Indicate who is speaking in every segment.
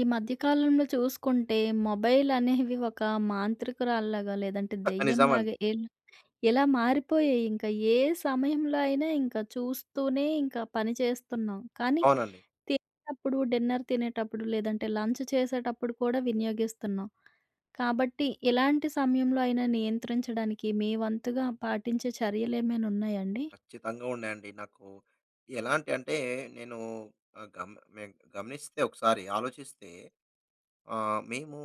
Speaker 1: ఈ మధ్య కాలంలో చూసుకుంటే మొబైల్ అనేవి ఒక మాంత్రికురాల్లాగా లేదంటే
Speaker 2: నిజమండి.
Speaker 1: దెయ్యంలాగా ఎలా మారిపోయాయి. ఇంకా ఏ సమయంలో అయినా ఇంకా చూస్తూనే ఇంకా పని చేస్తున్నాం. కానీ
Speaker 2: అవునండి.
Speaker 1: తినేటప్పుడు, డిన్నర్ తినేటప్పుడు లేదంటే లంచ్ చేసేటప్పుడు కూడా వినియోగిస్తున్నాం. కాబట్టి ఇలాంటి సమయంలో అయినా నియంత్రించడానికి మీ వంతుగా పాటించే చర్యలేమైనా ఉన్నాయండి?
Speaker 2: ఖచ్చితంగా ఉన్నాయండి. నాకు ఎలాంటి అంటే నేను ఆహ్, గమ మేము గమనిస్తే ఒకసారి ఆలోచిస్తే మేము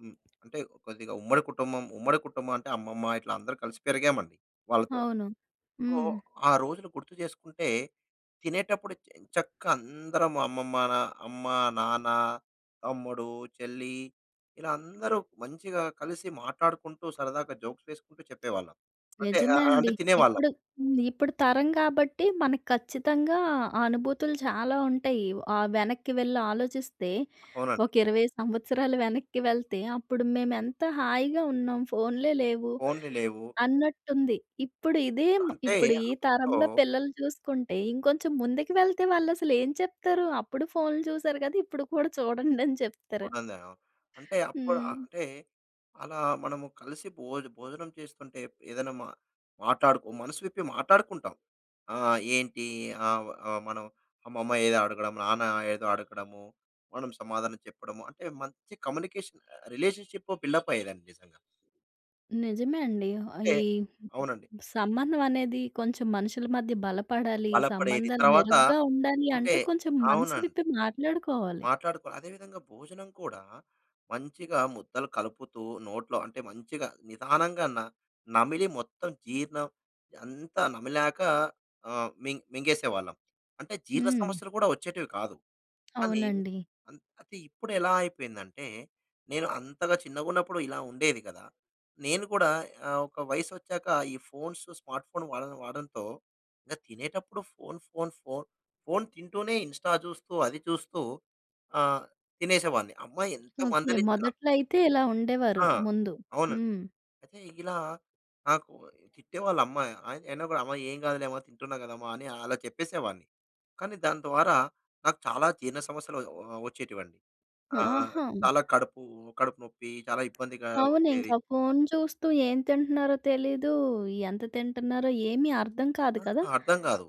Speaker 2: హ్మ్, అంటే కొద్దిగా ఉమ్మడి కుటుంబం, ఉమ్మడి కుటుంబం అంటే అమ్మమ్మ ఇట్లా అందరూ కలిసి పెరిగామండి వాళ్ళతో.
Speaker 1: అవును.
Speaker 2: సో,
Speaker 1: హ్మ్.
Speaker 2: ఆ రోజులు గుర్తు చేసుకుంటే తినేటప్పుడు ఎంచక్కా అందరం అమ్మమ్మ, నా అమ్మ, నాన్న, తమ్ముడు, చెల్లి ఇలా అందరూ మంచిగా కలిసి మాట్లాడుకుంటూ సరదాగా జోక్స్ వేసుకుంటూ చెప్పేవాళ్ళం. అంటే
Speaker 1: నిజమే అండి.
Speaker 2: అంటే తినేవాళ్ళం.
Speaker 1: ఇప్పుడు హ్మ్. ఇప్పుడు తరం కాబట్టి మనకు ఖచ్చితంగా ఆ అనుభూతులు చాలా ఉంటాయి. వెనక్కి వెళ్ళి ఆలోచిస్తే
Speaker 2: అవునండి.
Speaker 1: ఒక 20 సంవత్సరాలు వెనక్కి వెళ్తే అప్పుడు మేమెంత హాయిగా ఉన్నాం. ఫోన్‌లే లేవు
Speaker 2: ఫోన్‌లు లేవు.
Speaker 1: అన్నట్టుంది. ఇప్పుడు ఇదే
Speaker 2: ఇప్పుడు.
Speaker 1: మ
Speaker 2: అంటే
Speaker 1: ఇప్పుడు ఈ
Speaker 2: అప్పట్లో
Speaker 1: తరంలో పిల్లలు చూసుకుంటే ఇంకొంచెం ముందుకు వెళ్తే వాళ్ళసలు ఏం చెప్తారు? అప్పుడు ఫోన్‌లు చూసారు కదా! ఇప్పుడు కూడా చూడండని చెప్తారు.
Speaker 2: చూడండి. ఆ, అంటే అప్పుడు
Speaker 1: హ్మ్.
Speaker 2: అంటే అలా మనము కలిసి భోజనం చేస్తుంటే ఏదైనా మా మనసు విప్పి మాట్లాడుకుంటాం. ఆ! ఏంటి ఆహ్, ఆహ్, మనం అమ్మమ్మ ఏదో అడగడం, నాన్న ఏదో అడగడము, మనం సమాధానం చెప్పడము. అంటే మంచి కమ్యూనికేషన్ రిలేషన్‌షిప్ బిల్డప్ అయ్యేదండి నిజంగా.
Speaker 1: నిజమే అండి.
Speaker 2: అంటే
Speaker 1: ఈ
Speaker 2: అవునండి.
Speaker 1: సంబంధం అనేది కొంచెం మనుషుల మధ్య బలపడాలి.
Speaker 2: బలపడేది.
Speaker 1: సంబంధాలు
Speaker 2: తర్వాత
Speaker 1: మెరుగ్గా ఉండాలి
Speaker 2: అంటే
Speaker 1: అంటే కొంచెం మనసు
Speaker 2: అవునండి.
Speaker 1: విప్పి మాట్లాడుకోవాలి.
Speaker 2: మాట్లాడుకోవాలి. అదేవిధంగా భోజనం కూడా మంచిగా ముద్దలు కలుపుతూ నోట్లో అంటే మంచిగా నిదానంగా నమిలి మొత్తం జీర్ణం అంతా నమిలాక ఆహ్, మింగ్ మింగేసేవాళ్ళం. అంటే జీర్ణ
Speaker 1: హ్మ్.
Speaker 2: సమస్యలు కూడా వచ్చేటివి కాదు. కానీ
Speaker 1: అవునండి.
Speaker 2: అయితే ఇప్పుడెలా అయిపోయిందంటే, నేను అంతగా చిన్నగున్నప్పుడు ఇలా ఉండేది కదా! నేను కూడా ఒక వయసొచ్చాక ఈ ఫోన్స్, స్మార్ట్ ఫోన్ వాడడంతో ఇంక తినేటప్పుడు ఫోన్, ఫోన్ తింటూనే ఇన్‌స్టా చూస్తూ, అది చూస్తూ ఆహ్, తినేసేవాడిని. అమ్మ ఎంత
Speaker 1: ఓకే.
Speaker 2: మందలించినా
Speaker 1: మొదట్లో అయితే ఇలా ఉండేవారు
Speaker 2: ఆ!
Speaker 1: ముందు.
Speaker 2: అవునండి.
Speaker 1: హ్మ్.
Speaker 2: అయితే ఇలా నాకు తిట్టేవాళ్ళమ్మ. అయినా కూడా "అమ్మ ఏం కాదులే అమ్మ తింటున్నా కదమ్మా" అని అలా చెప్పేసేవాడిని. కానీ దాని ద్వారా నాకు చాలా జీర్ణ సమస్యలు వచ్చేటివండి. ఆ!
Speaker 1: ఆహా!
Speaker 2: చాలా కడుపు కడుపు నొప్పి, చాలా ఇబ్బందిగా
Speaker 1: అవును.
Speaker 2: ఉండేది.
Speaker 1: ఇంకా ఫోను చూస్తూ ఏం తింటున్నారో తెలీదు. ఎంత తింటున్నారో ఏమీ అర్థం కాదు
Speaker 2: ఆ!
Speaker 1: కదా!
Speaker 2: అర్థం కాదు.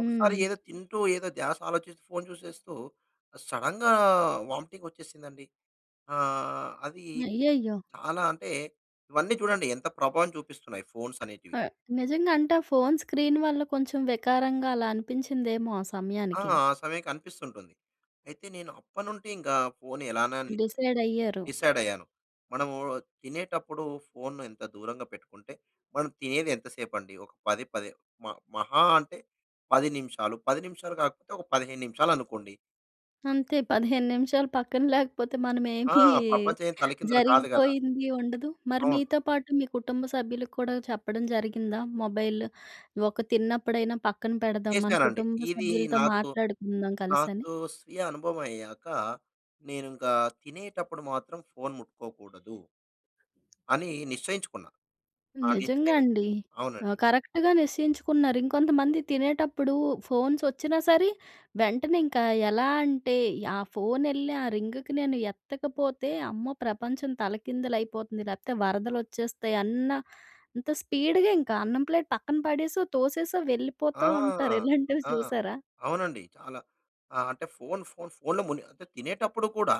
Speaker 2: ఒకసారి ఏదో తింటూ ఏదో ధ్యాస ఆలోచిస్తూ ఫోను చూసేస్తూ సడెన్‌గా వామిటింగ్ వచ్చేసిందండి. ఆ! అది
Speaker 1: అయ్యయ్యో!
Speaker 2: చాలా అంటే ఇవన్నీ చూడండి ఎంత ప్రభావం చూపిస్తున్నాయి ఫోన్స్ అనేటివి.
Speaker 1: ఆహ్, నిజంగా అంటే ఆ ఫోను స్క్రీన్ వల్ల కొంచెం వికారంగా అలా అనిపించిందేమో ఆ
Speaker 2: ఆ!
Speaker 1: సమయానికి.
Speaker 2: ఆ సమయానికి అనిపిస్తుంటుంది. అయితే నేను అప్పటినుండి ఇంకా ఫోన్ ఎలానా
Speaker 1: డిసైడ్ అయ్యారు.
Speaker 2: డిసైడ్ అయ్యాను. మనము తినేటప్పుడు ఫోన్‌ను ఎంత దూరంగా పెట్టుకుంటే, మనం తినేది ఎంతసేపు అండి? ఒక 10, 10 మ మహా అంటే 10 నిమిషాలు. 10 నిమిషాలు కాకపోతే ఒక 15 నిమిషాలు అనుకోండి.
Speaker 1: అంతే 15 నిమిషాలు పక్కన లేకపోతే
Speaker 2: ఆ!
Speaker 1: మనమేమి
Speaker 2: ప్రపంచం ఏం తలకిందులు కాదు కదా!
Speaker 1: జరిగిపోయింది ఉండదు. మరి
Speaker 2: అవును.
Speaker 1: మీతో పాటు మీ కుటుంబ సభ్యులకు కూడా చెప్పడం జరిగిందా? మొబైల్ ఒక తిన్నప్పుడైనా పక్కన పెడదాం. మన
Speaker 2: చేశానండి.
Speaker 1: కుటుంబ
Speaker 2: ఇది
Speaker 1: సభ్యులతో
Speaker 2: నాకు,
Speaker 1: మాట్లాడుకుందాం కలిసని.
Speaker 2: నాకు స్వీయ అనుభవం అయ్యాక, నేను ఇంకా తినేటప్పుడు మాత్రం ఫోన్ ముట్టుకోకూడదు అని నిశ్చయించుకున్నా. ఆ
Speaker 1: నిజంగా
Speaker 2: నిశ్చయం
Speaker 1: అండి.
Speaker 2: అవునండి.
Speaker 1: కరెక్ట్‌గా నిశ్చయించుకున్నారు. ఇంకొంతమంది తినేటప్పుడు ఫోన్స్ వచ్చినా సరే, వెంటనే ఇంకా ఎలా అంటే, ఆ ఫోనెళ్ళి ఆ రింగ్‌కి నేను ఎత్తకపోతే అమ్మో! ప్రపంచం తలకిందులైపోతుంది. లేకపోతే వరదలొచ్చేస్తాయి అన్న అంత స్పీడ్‌గా ఇంకా అన్నం ప్లేట్ పక్కన పడేసో, తోసేసో వెళ్ళిపోతూ ఉంటారు.
Speaker 2: ఆ!
Speaker 1: ఇలాంటివి
Speaker 2: ఆ!
Speaker 1: చూసారా?
Speaker 2: అవునండి. చాలా. ఆ! అంటే ఫోను, ఫోను, ఫోనులో అంటే తినేటప్పుడు కూడా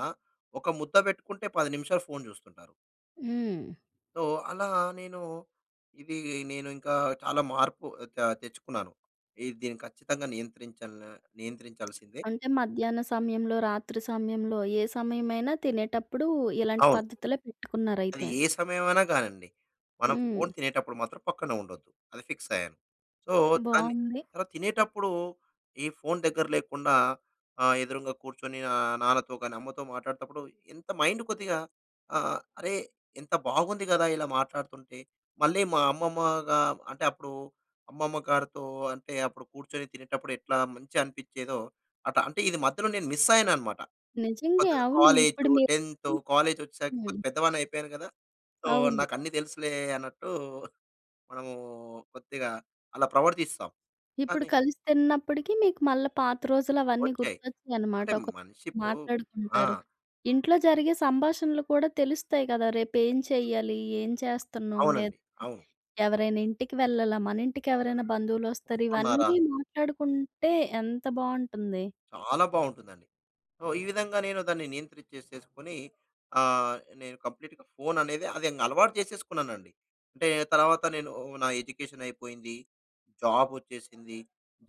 Speaker 2: ఒక ముద్ద పెట్టుకుంటే 10 నిమిషాలు ఫోను చూస్తుంటారు.
Speaker 1: హ్మ్.
Speaker 2: సో, అలా నేను ఇది నేను ఇంకా చాలా మార్పు తెచ్చుకున్నాను. ఇది దీన్ని ఖచ్చితంగా నియంత్రించాల్సిందే.
Speaker 1: అంటే మధ్యాహ్న సమయంలో, రాత్రి సమయంలో ఏ సమయమైనా తినేటప్పుడు ఇలాంటి
Speaker 2: అవును.
Speaker 1: పద్ధతులే
Speaker 2: అది
Speaker 1: పెట్టుకున్నారైతే.
Speaker 2: ఏ సమయమైనా కానియండి. మనం
Speaker 1: హ్మ్.
Speaker 2: ఫోను తినేటప్పుడు మాత్రం పక్కన ఉండొద్దు. అది ఫిక్స్ అయ్యాను. సో, దాన్ని
Speaker 1: బావుంది.
Speaker 2: తర్వాత తినేటప్పుడు ఈ ఫోను దగ్గర లేకుండా ఎదురుంగా కూర్చొని నాన్నతో గాని, అమ్మతో మాట్లాడేటప్పుడు ఎంత మైండ్ కొద్దిగా అరే! ఎంత బాగుంది గదా! ఇలా మాట్లాడుతుంటే. మళ్ళీ మా అమ్మమ్మగా అంటే అప్పుడు అమ్మమ్మ గారితో అంటే అప్పుడు కూర్చొని తినేటప్పుడు ఎట్లా మంచిగా అనిపించేదో అట్లా అంటే ఇది మధ్యలో నేను మిస్ అయ్యానన్నమాట.
Speaker 1: నిజంగే.
Speaker 2: కొద్దిగా
Speaker 1: అవును. ఇప్పుడు మీరు
Speaker 2: 10థ్ కాలేజొచ్చేసరికి
Speaker 1: హ్మ్.
Speaker 2: కొంచెం పెద్దవాడిని అయిపోయాను గదా! సో,
Speaker 1: అవును.
Speaker 2: నాకన్నీ తెలుసులే అన్నట్టు మనము కొద్దిగా అలా ప్రవర్తిస్తాం.
Speaker 1: ఇప్పుడు
Speaker 2: కానీ
Speaker 1: కలిసి తిన్నప్పటికి మీకు మళ్ళా పాత రోజులు అవన్నీ
Speaker 2: వచ్చాయి.
Speaker 1: గుర్తొచ్చాయన్నమాట.
Speaker 2: అంటే
Speaker 1: ఒక
Speaker 2: మనిషిప్పుడు ఆ!
Speaker 1: మాట్లాడుకుంటారు. ఇంట్లో జరిగే సంభాషణలు కూడా తెలుస్తాయి కదా! రేపేం చెయ్యాలి? ఏం చేస్తున్నాం?
Speaker 2: అవునండి.
Speaker 1: లేదంటే
Speaker 2: అవును.
Speaker 1: ఎవరైనా ఇంటికి వెళ్ళాలా? మన ఇంటికి ఎవరైనా బంధువులొస్తారు?
Speaker 2: వస్తున్నారా?
Speaker 1: ఇవన్నీ మాట్లాడుకుంటే ఎంత బావుంటుంది.
Speaker 2: చాలా బావుంటుందండి. సో, ఈ విధంగా నేను దాన్ని నియంత్రించేసేసుకొని ఆహ్, నేను కంప్లీట్‌గా ఫోన్ అనేది అది ఇంగ అలవాటు చేసేసుకున్నానండి. అంటే తర్వాత నేను నా ఎడ్యుకేషన్ అయిపోయింది. జాబ్ వచ్చేసింది.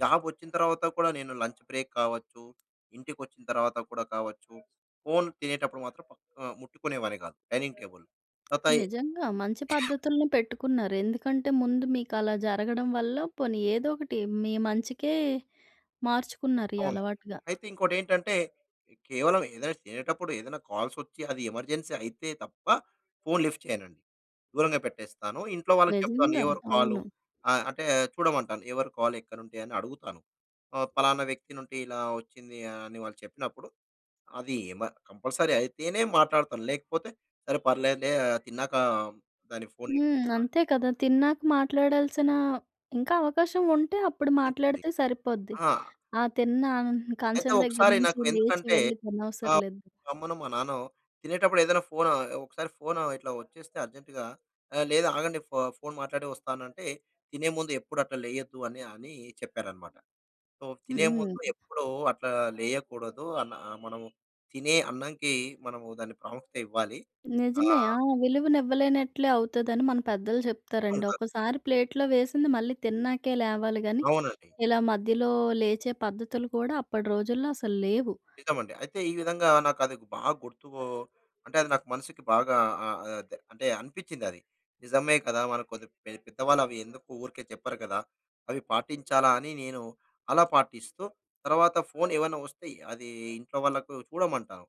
Speaker 2: జాబ్ వచ్చిన తర్వాత కూడా నేను లంచ్ బ్రేక్ కావచ్చు, ఇంటికొచ్చిన తర్వాత కూడా కావచ్చు, ఫోన్ తినేటప్పుడు మాత్రం ముట్టుకునేవాడిని కాదు డైనింగ్ టేబుల్. తర్వాత
Speaker 1: నిజంగా మంచి పద్ధతుల్ని పెట్టుకున్నారు. ఎందుకంటే ముందు మీకలా జరగడం వల్ల పోనీ ఏదో ఒకటి మీ మంచికే మార్చుకున్నారు ఈ
Speaker 2: అవును.
Speaker 1: అలవాటుగా.
Speaker 2: అయితే ఇంకోటేంటంటే, కేవలం ఏదైనా చేసేటప్పుడు ఏదైనా కాల్సొచ్చి అది ఎమర్జెన్సీ అయితే తప్ప ఫోను లిఫ్ట్ చేయనండి. దూరంగా పెట్టేస్తాను. ఇంట్లో వాళ్ళకి చెప్తాను
Speaker 1: నిజంగా.
Speaker 2: ఎవరు కాలు
Speaker 1: అవును.
Speaker 2: అంటే చూడమంటాను. ఎవరు కాల్ ఎక్కనుంటాయి అని అడుగుతాను. పలానా వ్యక్తి నుండి ఇలా వచ్చింది అని వాళ్ళు చెప్పినప్పుడు అది కంపల్సరీ అయితేనే మాట్లాడతాను. లేకపోతే సరే పర్లేదులే ఆ, తిన్నాక దాని ఫోను లిఫ్ట్
Speaker 1: హ్మ్. అంతే కదా! తిన్నాక మాట్లాడాల్సిన ఇంకా అవకాశం ఉంటే అప్పుడు
Speaker 2: ఉంటుంది.
Speaker 1: మాట్లాడితే సరిపోద్ది.
Speaker 2: ఆ!
Speaker 1: ఆ తిన్న
Speaker 2: అయితే
Speaker 1: కంచం దగ్గర
Speaker 2: ఒకసారి
Speaker 1: నుంచి
Speaker 2: నాకు
Speaker 1: లేచి
Speaker 2: ఎందుకంటే
Speaker 1: వెళ్లి
Speaker 2: ఆ!
Speaker 1: తినవసరం లేదు.
Speaker 2: మా అమ్మనో, మా నాన్నో తినేటప్పుడు ఏదైనా ఫోన్ ఒకసారి ఫోన్ ఇట్లా వచ్చేస్తే అర్జెంట్‌గా లేదు ఆగండి ఫోన్ మాట్లాడి వస్తానంటే, తినే ముందు ఎప్పుడు అట్లా లేయొద్దు అని అని చెప్పారనమాట. సో, తినే ముందు
Speaker 1: హ్మ్.
Speaker 2: ఎప్పుడూ అట్లా లేయకూడదు. అన్న మనము తినే అన్నంకి మనము దాని ప్రాముఖ్యత ఇవ్వాలి.
Speaker 1: నిజమే.
Speaker 2: ఆహ్,
Speaker 1: ఆ! విలువనివ్వలేనట్లే అవుతదని మన పెద్దలు చెప్తారండి.
Speaker 2: అంటారు.
Speaker 1: ఒకసారి ప్లేట్‌లో వేసింది మళ్ళీ తిన్నాకే లేవాలి గానీ,
Speaker 2: అవునండి.
Speaker 1: ఇలా మధ్యలో లేచే పద్ధతులు కూడా అప్పటి రోజుల్లో అసలు లేవు.
Speaker 2: నిజమండి. అయితే ఈ విధంగా నాకది బాగా గుర్తు అంటే అది నాకు మనసుకి బాగా ఆహ్, ఆహ్, అదే అంటే అనిపిచ్చిందది. నిజమే కదా! మనకు కొద్ది పెద్దవాళ్ళు అవి ఎందుకు ఊరికే చెప్పరు కదా! అవి పాటించాలా అని నేను అలా పాటిస్తూ, తర్వాత ఫోను ఏవన్నా వస్తే అది ఇంట్లో వాళ్ళకు చూడమంటాను.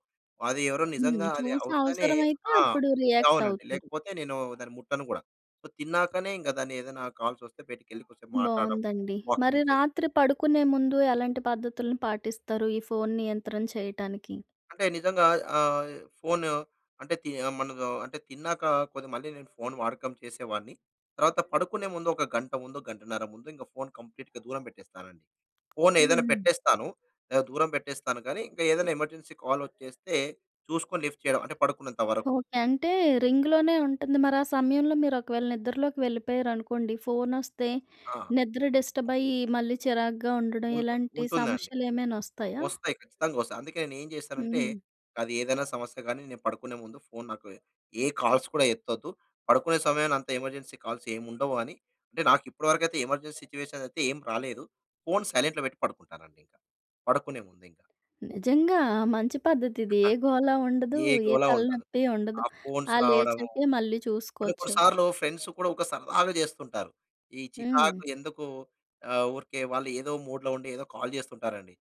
Speaker 2: అది ఎవరో
Speaker 1: హ్మ్.
Speaker 2: నిజంగా అది
Speaker 1: చూసి
Speaker 2: అవుతానే
Speaker 1: అవసరమైతే
Speaker 2: ఆ!
Speaker 1: అప్పుడు రియాక్ట్
Speaker 2: అవునండి.
Speaker 1: అవుతారు.
Speaker 2: లేకపోతే నేను దాన్ని ముట్టను గూడా. సో, తిన్నాకనే ఇంక దాన్ని ఏదైనా కాల్స్ వస్తే బయటికెళ్ళి కొద్దిసేపు మాట్లాడడం,
Speaker 1: బావుందండి. మరి
Speaker 2: వాకింగ్
Speaker 1: రాత్రి పడుకునే ముందు ఎలాంటి పద్ధతులను పాటిస్తారు ఈ ఫోను నియంత్రణ చేయటానికి?
Speaker 2: అంటే నిజంగా ఆహ్, ఫోన్ అంటే మనము అంటే తిన్నాక కొద్దిగా మళ్ళీ నేను ఫోన్ వాడకం చేసేవాడిని. తర్వాత పడుకునే ముందు ఒక గంట ముందు, గంటన్నర ముందు ఇంక ఫోన్ కంప్లీట్‌గా దూరం పెట్టేస్తానండి. ఫోన్ ఏదైనా
Speaker 1: హ్మ్.
Speaker 2: పెట్టేస్తాను. దూరం పెట్టేస్తాను కానీ ఇంకా ఏదైనా ఎమర్జెన్సీ కాల్ వచ్చేస్తే చూసుకొని లిఫ్ట్ చేయడం అంటే పడుకున్నంత వరకు.
Speaker 1: ఓకే. అంటే రింగ్‌లోనే ఉంటుంది. మరి ఆ సమయంలో మీరు ఒకవేళ నిద్రలోకి వెళ్ళిపోయారనుకోండి, ఫోనొస్తే
Speaker 2: ఆ!
Speaker 1: నిద్ర డిస్టర్బ్ అయ్యి మళ్ళీ చిరాకుగా ఉండడం
Speaker 2: ఉంటు
Speaker 1: ఇలాంటి
Speaker 2: ఉంటుందండి.
Speaker 1: సమస్యలేమైనా ఒస్తాయా?
Speaker 2: వస్తాయి. ఖచ్చితంగా వస్తాయి. అందుకే నేనేం చేశానంటే,
Speaker 1: హ్మ్.
Speaker 2: అది ఏదైనా సమస్య గాని నేను పడుకునే ముందు ఫోను నాకు ఏ కాల్స్ కూడా ఎత్తొద్దు. పడుకునే సమయాన అంత ఎమర్జెన్సీ కాల్స్ ఏముండవు అని అంటే నాకు ఇప్పటివరకైతే ఎమర్జెన్సీ సిట్యుయేషన్ అయితే ఏం రాలేదు. ఫోను సైలెంట్‌లో పెట్టి పడుకుంటానండి ఇంకా. పడుకునే ముందింకా.
Speaker 1: నిజంగా మంచి పద్ధతి ఇది. ఏ గోల ఉండదు,
Speaker 2: ఏ
Speaker 1: ఏ
Speaker 2: గోల ఉండదు.
Speaker 1: తలనొప్పి ఉండదు.
Speaker 2: ఆ ఫోన్స్
Speaker 1: ఆ
Speaker 2: రావడం
Speaker 1: లేచాకే మళ్ళీ
Speaker 2: కొన్ని
Speaker 1: చూసుకోవచ్చు.
Speaker 2: కొన్ని సార్లు ఫ్రెండ్స్ కూడా ఒక సరదాగా చేస్తుంటారు. ఈ
Speaker 1: హ్మ్.
Speaker 2: చికాకు ఎందుకు ఊరికే వాళ్ళు ఏదో మూడ్‌లో ఉండి ఏదో కాల్ చేస్తుంటారండి.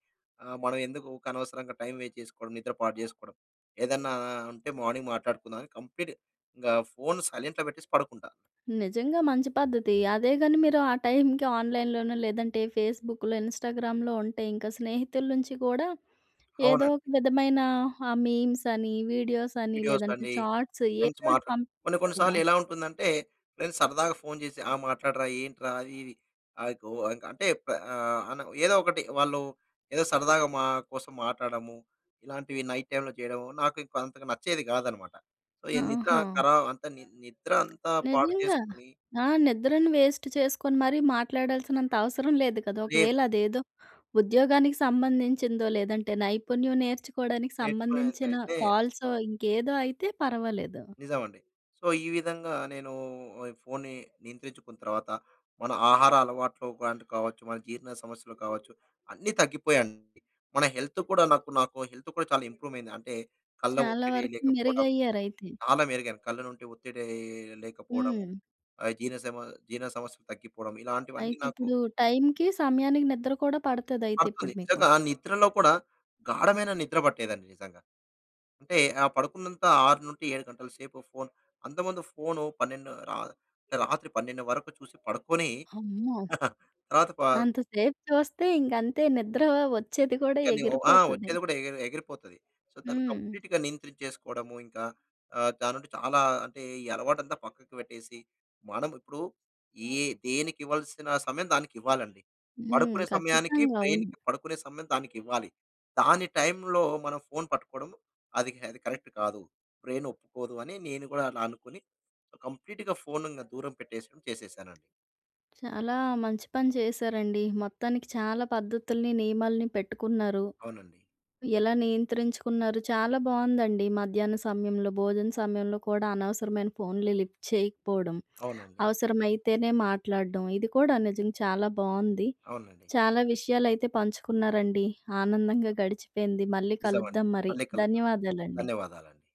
Speaker 2: మనం ఎందుకు ఊకె అనవసరంగా టైం వేస్ట్ చేసుకోవడం, నిద్ర పాడు చేసుకోవడం. ఏదన్నా ఉంటే మార్నింగ్ మాట్లాడుకుందాం అని కంప్లీట్ ఇంగ ఫోన్ సైలెంట్‌లో పెట్టేసి పడుకుంటా.
Speaker 1: నిజంగా మంచి పద్ధతి. అదే గాని మీరు ఆ టైంకి ఆన్‌లైన్‌లోనో లేదంటే ఫేస్‌బుక్‌లో, ఇన్‌స్టాగ్రామ్‌లో ఉంటే ఇంకా స్నేహితుల నుంచి కూడా ఏదో
Speaker 2: అవునండి.
Speaker 1: ఒక విధమైన ఆ మీమ్స్ అని, వీడియోస్ అని
Speaker 2: వీడియోస్
Speaker 1: లేదంటే
Speaker 2: అండి.
Speaker 1: షార్ట్స్ ఏదో
Speaker 2: ఫ్రెండ్స్ మాట
Speaker 1: ఒకటి
Speaker 2: కొన్ని కొన్ని
Speaker 1: పంపిస్తారు
Speaker 2: సార్లు
Speaker 1: కదా!
Speaker 2: ఎలా ఉంటుందంటే, ఫ్రెండ్స్ సరదాగా ఫోను చేసి, "ఆ! మాట్లాడరా ఏంట్రా?" అది ఇది. ఆహ్, గో ఇంక అంటే ప ఆహ్, అన ఏదో ఒకటి వాళ్ళు ఏదో సరదాగా మా కోసం మాట్లాడము, ఇలాంటివి నైట్ టైమ్‌లో చేయడము, నాకు ఇంక అంతగా నచ్చేది కాదనమాట. సో, ఈ నిద్ర
Speaker 1: ఆహా!
Speaker 2: ఖరా అంత ని నిద్ర అంతా పాడు
Speaker 1: నిజంగా.
Speaker 2: చేసుకొని
Speaker 1: ఆ! నిద్రను వేస్ట్ చేసుకొని మరీ మాట్లాడాల్సినంత అవసరం లేదు కదా!
Speaker 2: లేదు.
Speaker 1: ఒకవేళ అదేదో ఉద్యోగానికి సంబంధించిందో లేదంటే నైపుణ్యం నేర్చుకోవడానికి సంబంధించిన
Speaker 2: నేర్చుకునేదైతే
Speaker 1: కాల్సో ఇంకేదో అయితే పర్వాలేదు.
Speaker 2: నిజమండి. సో, ఈ విధంగా నేను ఈ ఫోన్‌ని నియంత్రించుకున్న తర్వాత, మన ఆహార అలవాట్లు గాని కావచ్చు, మన జీర్ణ సమస్యలు కావచ్చు, అన్నీ తగ్గిపోయాయండి. మన హెల్త్ కూడా నాకు నాకు హెల్త్ కూడా చాలా ఇంప్రూవ్ అయింది. అంటే కళ్ళ
Speaker 1: చాలా
Speaker 2: ఒత్తిడి
Speaker 1: వరకు
Speaker 2: లేకపోవడం,
Speaker 1: మెరుగయ్యారైతే.
Speaker 2: చాలా మెరుగాను. కళ్ళ నుండి ఒత్తిడి లేకపోవడము,
Speaker 1: హ్మ్.
Speaker 2: ఆహ్, జీర్ణ సమ జీర్ణ సమస్యలు తగ్గిపోవడం, ఇలాంటివన్నీ
Speaker 1: అయితే
Speaker 2: నాకు
Speaker 1: ఇప్పుడు టైంకి, సమయానికి నిద్ర కూడా పడతదయితే
Speaker 2: పడుతుంది.
Speaker 1: ఇప్పుడు మీకు.
Speaker 2: నిజంగా నిద్రలో కూడా గాఢమైన నిద్ర పట్టేదండి నిజంగా. అంటే ఆ పడుకున్నంత 6-7 గంటల సేపు ఫోను. అంతకుముందు ఫోను 12 రా రాత్రి 12 వరకు చూసి పడుకొని
Speaker 1: అమ్మో!
Speaker 2: తర్వాత ప
Speaker 1: అంతసేపు చూస్తే ఇంకంతే నిద్ర వచ్చేది కూడా
Speaker 2: ఇంకా నీవు ఆ!
Speaker 1: ఎగిరిపోతది.
Speaker 2: వచ్చేది కూడా ఎగిరిపోతది. సో, తను
Speaker 1: హ్మ్.
Speaker 2: కంప్లీట్‌గా నియంత్రించేసుకోవడము ఇంకా దానుండి చాలా అంటే ఈ అలవాటంతా పక్కకు పెట్టేసి, మనం ఇప్పుడు ఏ దేనికివ్వాల్సిన సమయం దానికివ్వాలండి.
Speaker 1: హ్మ్.
Speaker 2: పడుకునే సమయానికి
Speaker 1: ఖచ్చితంగా. అవును.
Speaker 2: బ్రెయిన్‌కి పడుకునే సమయం దానికివ్వాలి. దాని టైంలో మనం ఫోను పట్టుకోవడం అది అది కరెక్ట్ కాదు. బ్రెయిన్ ఒప్పుకోదు అని నేను కూడా అలా అనుకుని కంప్లీట్‌గా ఫోను ఇంగ దూరం పెట్టేసడం చేసేసానండి.
Speaker 1: చాలా మంచి పని చేశారండి. మొత్తానికి చాలా పద్ధతుల్ని, నియమాల్ని పెట్టుకున్నారు.
Speaker 2: అవునండి.
Speaker 1: ఎలా నియంత్రించుకున్నారు. చాలా బావుందండి. మధ్యాహ్న సమయంలో, భోజన సమయంలో కూడా అనవసరమైన ఫోన్లు లిఫ్ట్ చేయకపోవడం,
Speaker 2: అవునండి.
Speaker 1: అవసరమైతేనే మాట్లాడడం ఇది కూడా నిజంగా చాలా బావుంది.
Speaker 2: అవునండి.
Speaker 1: చాలా విషయాలైతే పంచుకున్నారండి. ఆనందంగా గడిచిపోయింది. మళ్ళీ
Speaker 2: నిజమండి.
Speaker 1: కలుద్దాం మరి.
Speaker 2: మళ్ళీ కలుద్దాం.
Speaker 1: ధన్యవాదాలండి.
Speaker 2: ధన్యవాదాలండి.